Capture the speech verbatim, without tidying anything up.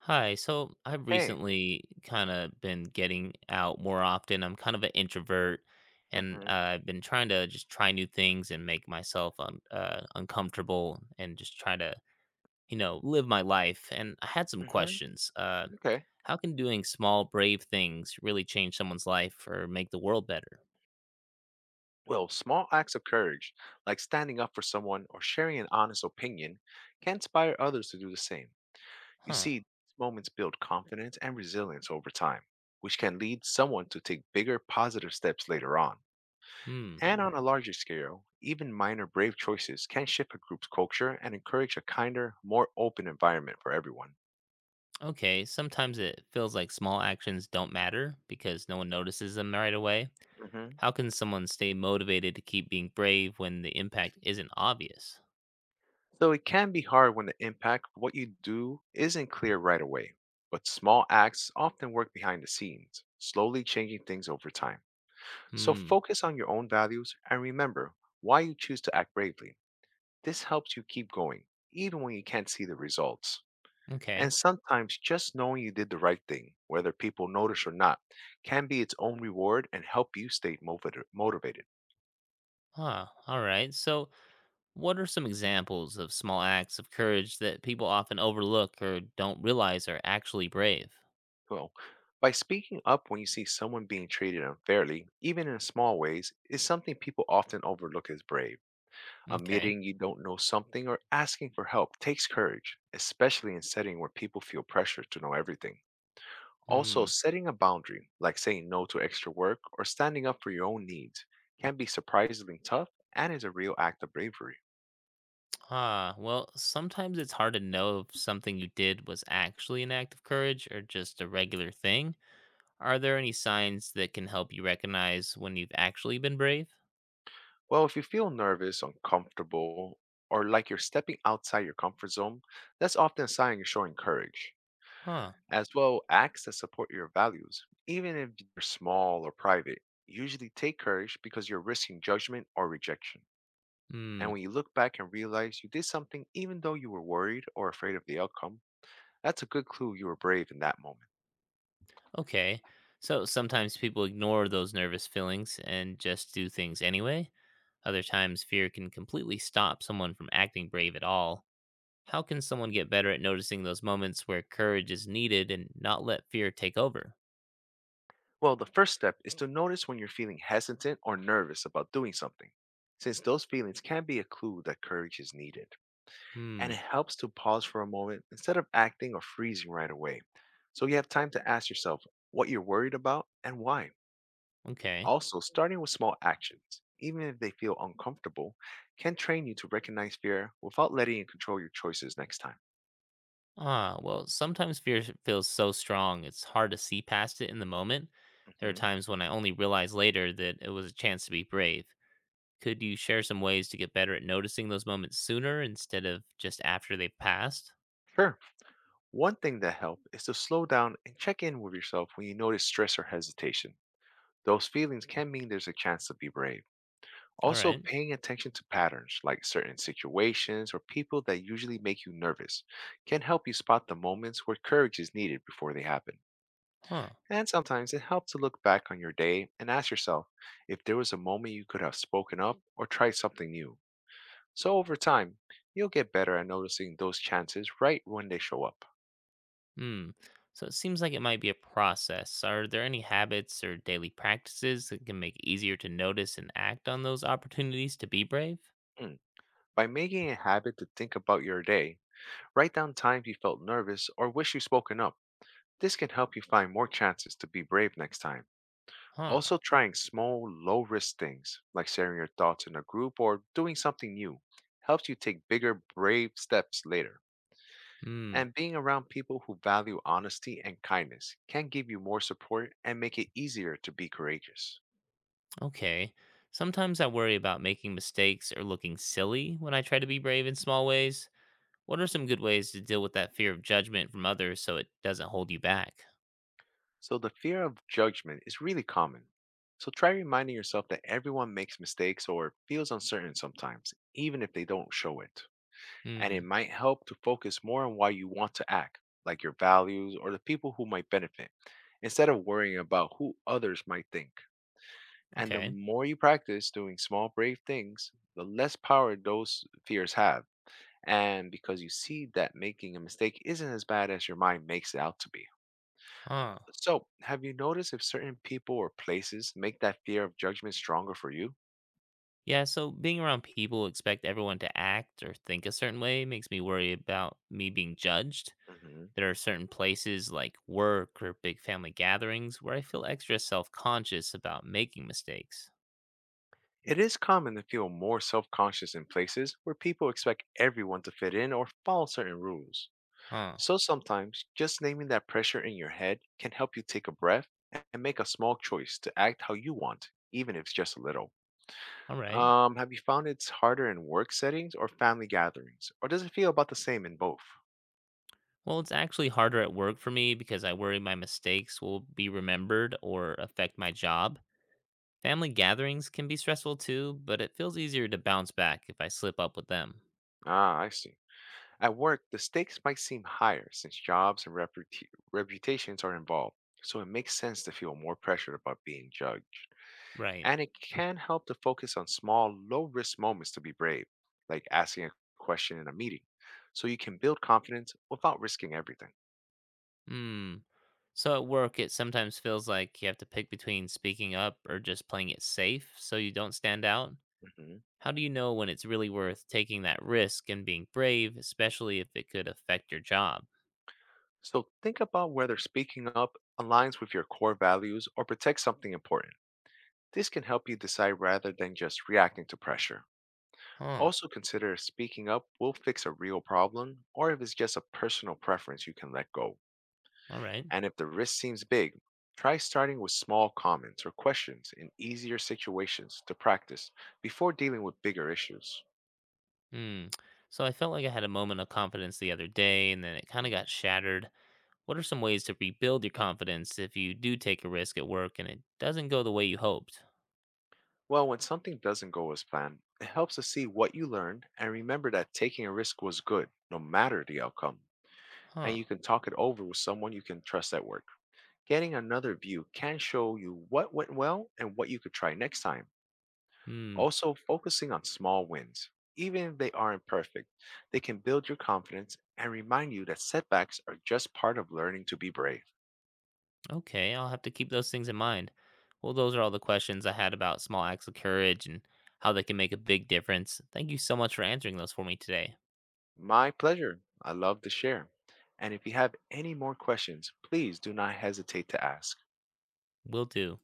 Hi. So I've Hey. recently kind of been getting out more often. I'm kind of an introvert, and uh, Mhm. I've been trying to just try new things and make myself un- uh, uncomfortable and just try to, you know, live my life. And I had some Mhm. questions. Uh, Okay. How can doing small, brave things really change someone's life or make the world better? Well, small acts of courage, like standing up for someone or sharing an honest opinion, can inspire others to do the same. You Huh. see, these moments build confidence and resilience over time, which can lead someone to take bigger positive steps later on. Hmm. And on a larger scale, even minor brave choices can shift a group's culture and encourage a kinder, more open environment for everyone. Okay. Sometimes it feels like small actions don't matter because no one notices them right away. Mhm. How can someone stay motivated to keep being brave when the impact isn't obvious? So it can be hard when the impact of what you do isn't clear right away, but small acts often work behind the scenes, slowly changing things over time. So Hmm. focus on your own values and remember why you choose to act bravely. This helps you keep going, even when you can't see the results. Okay. And sometimes just knowing you did the right thing, whether people notice or not, can be its own reward and help you stay motivated. motivated. Ah. All right. So, what are some examples of small acts of courage that people often overlook or don't realize are actually brave? Well, by speaking up when you see someone being treated unfairly, even in small ways, is something people often overlook as brave. Okay. Admitting you don't know something or asking for help takes courage, especially in setting where people feel pressure to know everything. Also, Hmm. setting a boundary, like saying no to extra work or standing up for your own needs, can be surprisingly tough and is a real act of bravery. Ah, well, sometimes it's hard to know if something you did was actually an act of courage or just a regular thing. Are there any signs that can help you recognize when you've actually been brave? Well, if you feel nervous, uncomfortable, or like you're stepping outside your comfort zone, that's often a sign you're showing courage. Huh. As well, acts that support your values, even if they're small or private, usually take courage because you're risking judgment or rejection. Hmm. And when you look back and realize you did something even though you were worried or afraid of the outcome, that's a good clue you were brave in that moment. Okay. So sometimes people ignore those nervous feelings and just do things anyway. Other times, fear can completely stop someone from acting brave at all. How can someone get better at noticing those moments where courage is needed and not let fear take over? Well, the first step is to notice when you're feeling hesitant or nervous about doing something, since those feelings can be a clue that courage is needed. And it Hmm. helps to pause for a moment instead of acting or freezing right away. So you have time to ask yourself what you're worried about and why. Okay. Also, starting with small actions, even if they feel uncomfortable, can train you to recognize fear without letting it control your choices next time. Ah, well, sometimes fear s- feels so strong it's hard to see past it in the moment. There are Mhm. times when I only realize later that it was a chance to be brave. Could you share some ways to get better at noticing those moments sooner instead of just after they've passed? Sure. One thing that helps is to slow down and check in with yourself when you notice stress or hesitation. Those feelings can mean there's a chance to be brave. All Also, right. paying attention to patterns like certain situations or people that usually make you nervous can help you spot the moments where courage is needed before they happen. Huh. And sometimes it helps to look back on your day and ask yourself if there was a moment you could have spoken up or tried something new. So, over time, you'll get better at noticing those chances right when they show up. Hmm. So it seems like it might be a process. Are there any habits or daily practices that can make it easier to notice and act on those opportunities to be brave? Mm. By making a habit to think about your day, write down times you felt nervous or wish you spoken up. This can help you find more chances to be brave next time. Huh. Also, trying small, low risk things, like sharing your thoughts in a group or doing something new, helps you take bigger, brave steps later. Hmm. And being around people who value honesty and kindness can give you more support and make it easier to be courageous. Okay. Sometimes I worry about making mistakes or looking silly when I try to be brave in small ways. What are some good ways to deal with that fear of judgment from others so it doesn't hold you back? So, the fear of judgment is really common. So, try reminding yourself that everyone makes mistakes or feels uncertain sometimes, even if they don't show it. And it Hmm. might help to focus more on why you want to act, like your values or the people who might benefit, instead of worrying about who others might think. And the Okay. more you practice doing small, brave things, the less power those fears have. And because you see that making a mistake isn't as bad as your mind makes it out to be. Huh. So, have you noticed if certain people or places make that fear of judgment stronger for you? Yeah, so being around people who expect everyone to act or think a certain way makes me worry about me being judged. Mhm. There are certain places like work or big family gatherings where I feel extra self conscious about making mistakes. It is common to feel more self conscious in places where people expect everyone to fit in or follow certain rules. Huh. So sometimes just naming that pressure in your head can help you take a breath and make a small choice to act how you want, even if it's just a little. All right. Um, have you found it's harder in work settings or family gatherings, or does it feel about the same in both? Well, it's actually harder at work for me because I worry my mistakes will be remembered or affect my job. Family gatherings can be stressful too, but it feels easier to bounce back if I slip up with them. Ah, I see. At work, the stakes might seem higher since jobs and reputa- reputations are involved, so it makes sense to feel more pressured about being judged. Right. And it can help to focus on small, low risk moments to be brave, like asking a question in a meeting, so you can build confidence without risking everything. Hmm. So at work, it sometimes feels like you have to pick between speaking up or just playing it safe so you don't stand out. Hmm. How do you know when it's really worth taking that risk and being brave, especially if it could affect your job? So think about whether speaking up aligns with your core values or protects something important. This can help you decide rather than just reacting to pressure. Huh. Also consider if speaking up will fix a real problem or if it's just a personal preference you can let go. All right. And if the risk seems big, try starting with small comments or questions in easier situations to practice before dealing with bigger issues. Hmm. So I felt like I had a moment of confidence the other day and then it kind of got shattered. What are some ways to rebuild your confidence if you do take a risk at work and it doesn't go the way you hoped? Well, when something doesn't go as planned, it helps to see what you learned and remember that taking a risk was good, no matter the outcome. And Huh. you can talk it over with someone you can trust at work. Getting another view can show you what went well and what you could try next time. Hmm. Also, focusing on small wins, even if they aren't perfect, they can build your confidence and remind you that setbacks are just part of learning to be brave. Okay, I'll have to keep those things in mind. Well, those are all the questions I had about small acts of courage and how they can make a big difference. Thank you so much for answering those for me today. My pleasure. I love to share. And if you have any more questions, please do not hesitate to ask. Will do.